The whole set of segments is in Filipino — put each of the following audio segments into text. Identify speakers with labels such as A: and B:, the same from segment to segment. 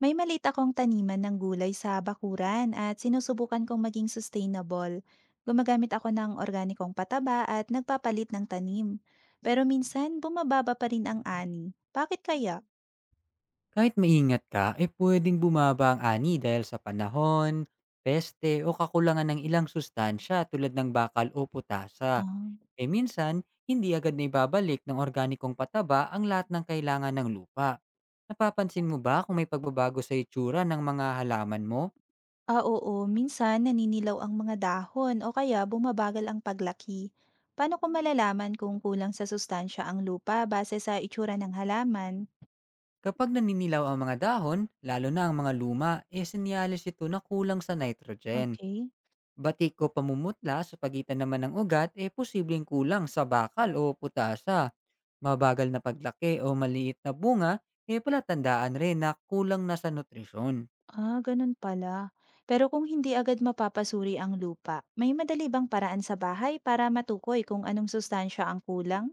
A: May maliit akong taniman ng gulay sa bakuran at sinusubukan kong maging sustainable. Gumagamit ako ng organikong pataba at nagpapalit ng tanim. Pero minsan, bumababa pa rin ang ani. Bakit kaya?
B: Kahit maingat ka, eh pwedeng bumaba ang ani dahil sa panahon, peste o kakulangan ng ilang sustansya tulad ng bakal o putasa.
A: Ah,
B: E minsan, hindi agad na ibabalik ng organikong pataba ang lahat ng kailangan ng lupa. Napapansin mo ba kung may pagbabago sa itsura ng mga halaman mo?
A: Oo, minsan naninilaw ang mga dahon o kaya bumabagal ang paglaki. Paano ko malalaman kung kulang sa sustansya ang lupa base sa itsura ng halaman?
B: Kapag naninilaw ang mga dahon, lalo na ang mga luma, e senyales ito na kulang sa nitrogen.
A: Okay.
B: Batik o pamumutla sa pagitan naman ng ugat, e posibleng kulang sa bakal o putasa. Mabagal na paglaki o maliit na bunga, eh palatandaan rin na kulang na sa nutrisyon.
A: Ah, ganun pala. Pero kung hindi agad mapapasuri ang lupa, may madali bang paraan sa bahay para matukoy kung anong sustansya ang kulang?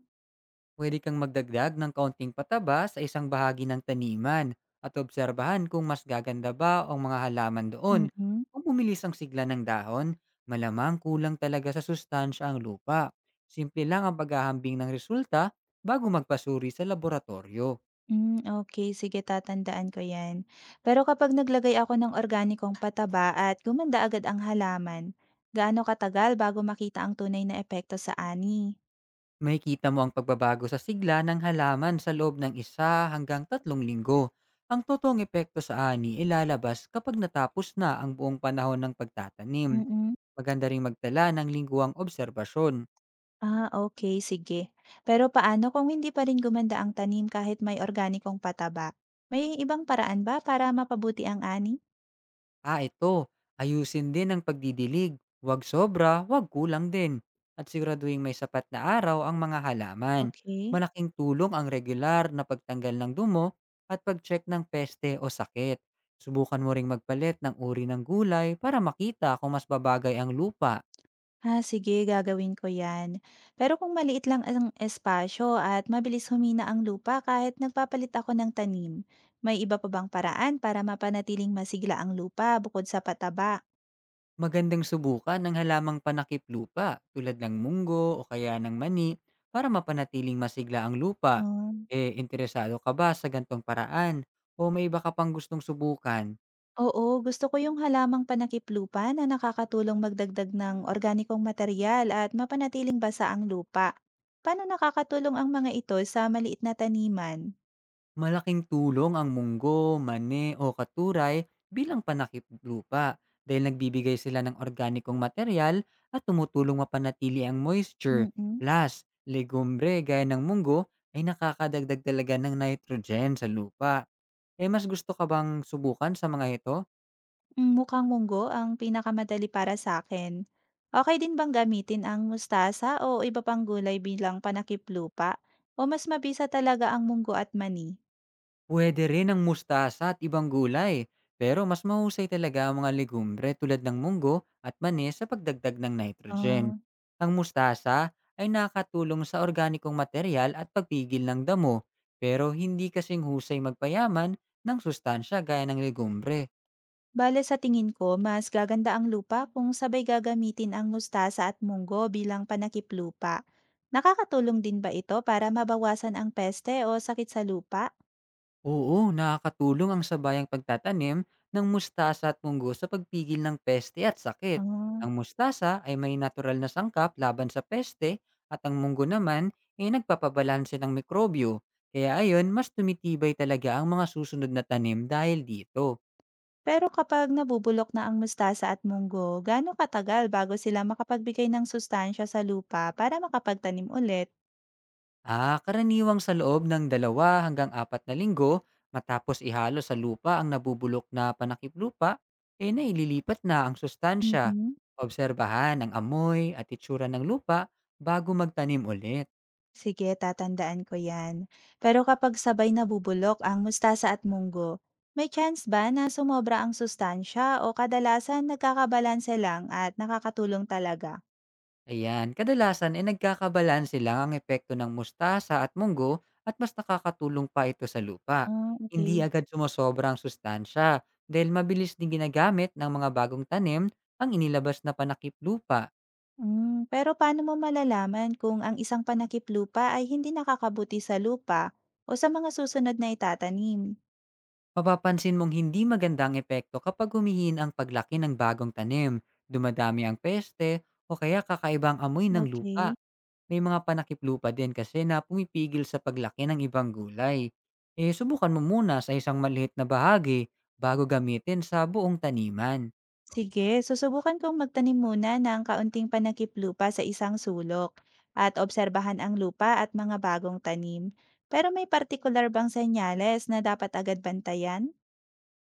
B: Pwede kang magdagdag ng kaunting pataba sa isang bahagi ng taniman at obserbahan kung mas gaganda ba ang mga halaman doon.
A: Mm-mm.
B: Kung bumilis ang sigla ng dahon, malamang kulang talaga sa sustansya ang lupa. Simple lang ang paghahambing ng resulta bago magpasuri sa laboratorio.
A: Mm, okay, sige, tatandaan ko yan. Pero kapag naglagay ako ng organikong pataba at gumanda agad ang halaman, gaano katagal bago makita ang tunay na epekto sa ani?
B: Makikita mo ang pagbabago sa sigla ng halaman sa loob ng 1 hanggang 3 linggo. Ang totoong epekto sa ani ilalabas kapag natapos na ang buong panahon ng pagtatanim.
A: Mm-mm.
B: Maganda ring magtala ng lingguang obserbasyon.
A: Ah, okay, sige. Pero paano kung hindi pa rin gumanda ang tanim kahit may organikong pataba? May ibang paraan ba para mapabuti ang ani?
B: Ah, ito. Ayusin din ang pagdidilig. Huwag sobra, huwag kulang din. At siguraduhin may sapat na araw ang mga halaman.
A: Okay.
B: Malaking tulong ang regular na pagtanggal ng dumo at pag-check ng peste o sakit. Subukan mo ring magpalit ng uri ng gulay para makita kung mas babagay ang lupa.
A: Ah, sige, gagawin ko 'yan. Pero kung maliit lang ang espasyo at mabilis humina ang lupa kahit nagpapalit ako ng tanim, may iba pa bang paraan para mapanatiling masigla ang lupa bukod sa pataba?
B: Magandang subukan ng halamang panakip lupa tulad ng munggo o kaya ng mani para mapanatiling masigla ang lupa.
A: Um,
B: Eh, interesado ka ba sa gantong paraan o may iba ka pang gustong subukan?
A: Oo, gusto ko yung halamang panakip-lupa na nakakatulong magdagdag ng organikong material at mapanatiling basa ang lupa. Paano nakakatulong ang mga ito sa maliit na taniman?
B: Malaking tulong ang munggo, mani o katuray bilang panakip lupa dahil nagbibigay sila ng organikong material at tumutulong mapanatili ang moisture.
A: Mm.
B: Plus, legumbre gaya ng munggo ay nakakadagdag talaga ng nitrogen sa lupa. Eh, mas gusto ka bang subukan sa mga ito?
A: Hmm, mukhang munggo ang pinakamadali para sa akin. Okay din bang gamitin ang mustasa o iba pang gulay bilang panakiplupa o mas mabisa talaga ang munggo at mani?
B: Pwede rin ang mustasa at ibang gulay, pero mas mahusay talaga ang mga legumbre tulad ng munggo at mani sa pagdagdag ng nitrogen.
A: Ah,
B: Ang mustasa ay nakatulong sa organikong material at pagpigil ng damo, pero hindi kasing husay magpayaman ng sustansya gaya ng legumbre.
A: bale sa tingin ko mas gaganda ang lupa kung sabay gagamitin ang mustasa at munggo bilang panakiplupa. Nakakatulong din ba ito para mabawasan ang peste o sakit sa lupa?
B: Oo, nakakatulong ang sabayang pagtatanim ng mustasa at munggo sa pagpigil ng peste at sakit.
A: Ah.
B: Ang mustasa ay may natural na sangkap laban sa peste at ang munggo naman ay nagpapabalanse ng mikrobyo. Kaya ayon, mas tumitibay talaga ang mga susunod na tanim dahil dito.
A: Pero kapag nabubulok na ang mustasa at munggo, gaano katagal bago sila makapagbigay ng sustansya sa lupa para makapagtanim ulit?
B: Ah, karaniwang sa loob ng 2 hanggang 4 na linggo matapos ihalo sa lupa ang nabubulok na panakip lupa, eh naililipat na ang sustansya.
A: Mm.
B: Obserbahan ang amoy at itsura ng lupa bago magtanim ulit.
A: Sige, tatandaan ko yan. Pero kapag sabay nabubulok ang mustasa at munggo, may chance ba na sumobra ang sustansya o kadalasan nagkakabalanse lang at nakakatulong talaga?
B: Ayan, kadalasan ay eh, nagkakabalanse lang ang epekto ng mustasa at munggo at mas nakakatulong pa ito sa lupa.
A: Ah,
B: Hindi
A: okay.
B: agad sumosobra ang sustansya dahil mabilis din ginagamit ng mga bagong tanim ang inilabas na panakip lupa.
A: Mm, pero paano mo malalaman kung ang isang panakip lupa ay hindi nakakabuti sa lupa o sa mga susunod na itatanim?
B: Mapapansin mong hindi magandang epekto kapag humihin ang paglaki ng bagong tanim, dumadami ang peste, o kaya kakaibang amoy ng lupa.
A: Okay.
B: May mga panakip lupa din kasi na pumipigil sa paglaki ng ibang gulay. Eh, subukan mo muna sa isang maliit na bahagi bago gamitin sa buong taniman.
A: Sige, susubukan kong magtanim muna ng kaunting panakip-lupa sa isang sulok at obserbahan ang lupa at mga bagong tanim. Pero may partikular bang senyales na dapat agad bantayan?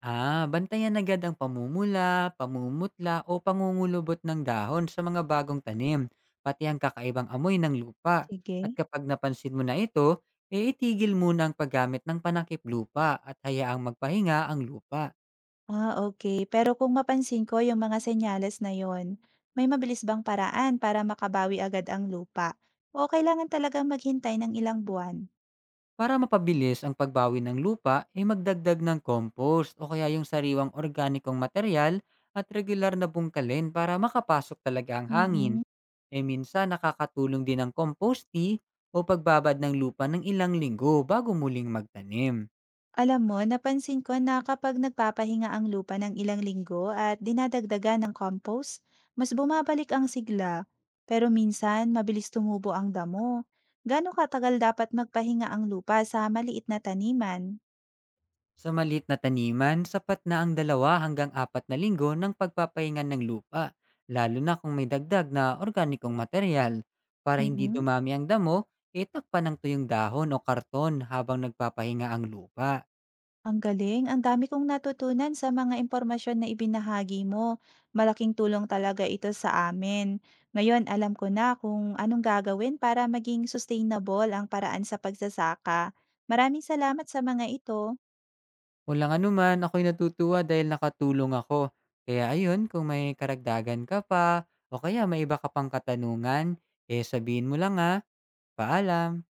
B: Ah, bantayan agad ang pamumula, pamumutla o pangungulubot ng dahon sa mga bagong tanim, pati ang kakaibang amoy ng lupa. At
A: Sige.
B: kapag napansin mo na ito, e itigil muna ang paggamit ng panakip lupa at hayaang magpahinga ang lupa.
A: Ah, okay. Pero kung mapansin ko yung mga senyales na yon, may mabilis bang paraan para makabawi agad ang lupa o kailangan talagang maghintay ng ilang buwan?
B: Para mapabilis ang pagbawi ng lupa, ay magdagdag ng compost o kaya yung sariwang organikong material at regular na bungkalin para makapasok talaga ang hangin.
A: Mm.
B: E minsan nakakatulong din ang compost tea o pagbabad ng lupa ng ilang linggo bago muling magtanim.
A: Alam mo, napansin ko na kapag nagpapahinga ang lupa ng ilang linggo at dinadagdagan ng compost, mas bumabalik ang sigla. Pero minsan, mabilis tumubo ang damo. Gano'ng katagal dapat magpahinga ang lupa sa maliit na taniman?
B: Sa maliit na taniman, sapat na ang 2 hanggang 4 na linggo ng pagpapahinga ng lupa, lalo na kung may dagdag na organikong material. Para hindi
A: Mm-mm.
B: dumami ang damo, itakpan ng tuyong dahon o karton habang nagpapahinga ang lupa.
A: Ang galing, ang dami kong natutunan sa mga impormasyon na ibinahagi mo. Malaking tulong talaga ito sa amin. Ngayon, alam ko na kung anong gagawin para maging sustainable ang paraan sa pagsasaka. Maraming salamat sa mga ito.
B: Walang anuman, ako'y natutuwa dahil nakatulong ako. Kaya ayun, kung may karagdagan ka pa, o kaya may iba ka pang katanungan, eh sabihin mo lang ha. Paalam!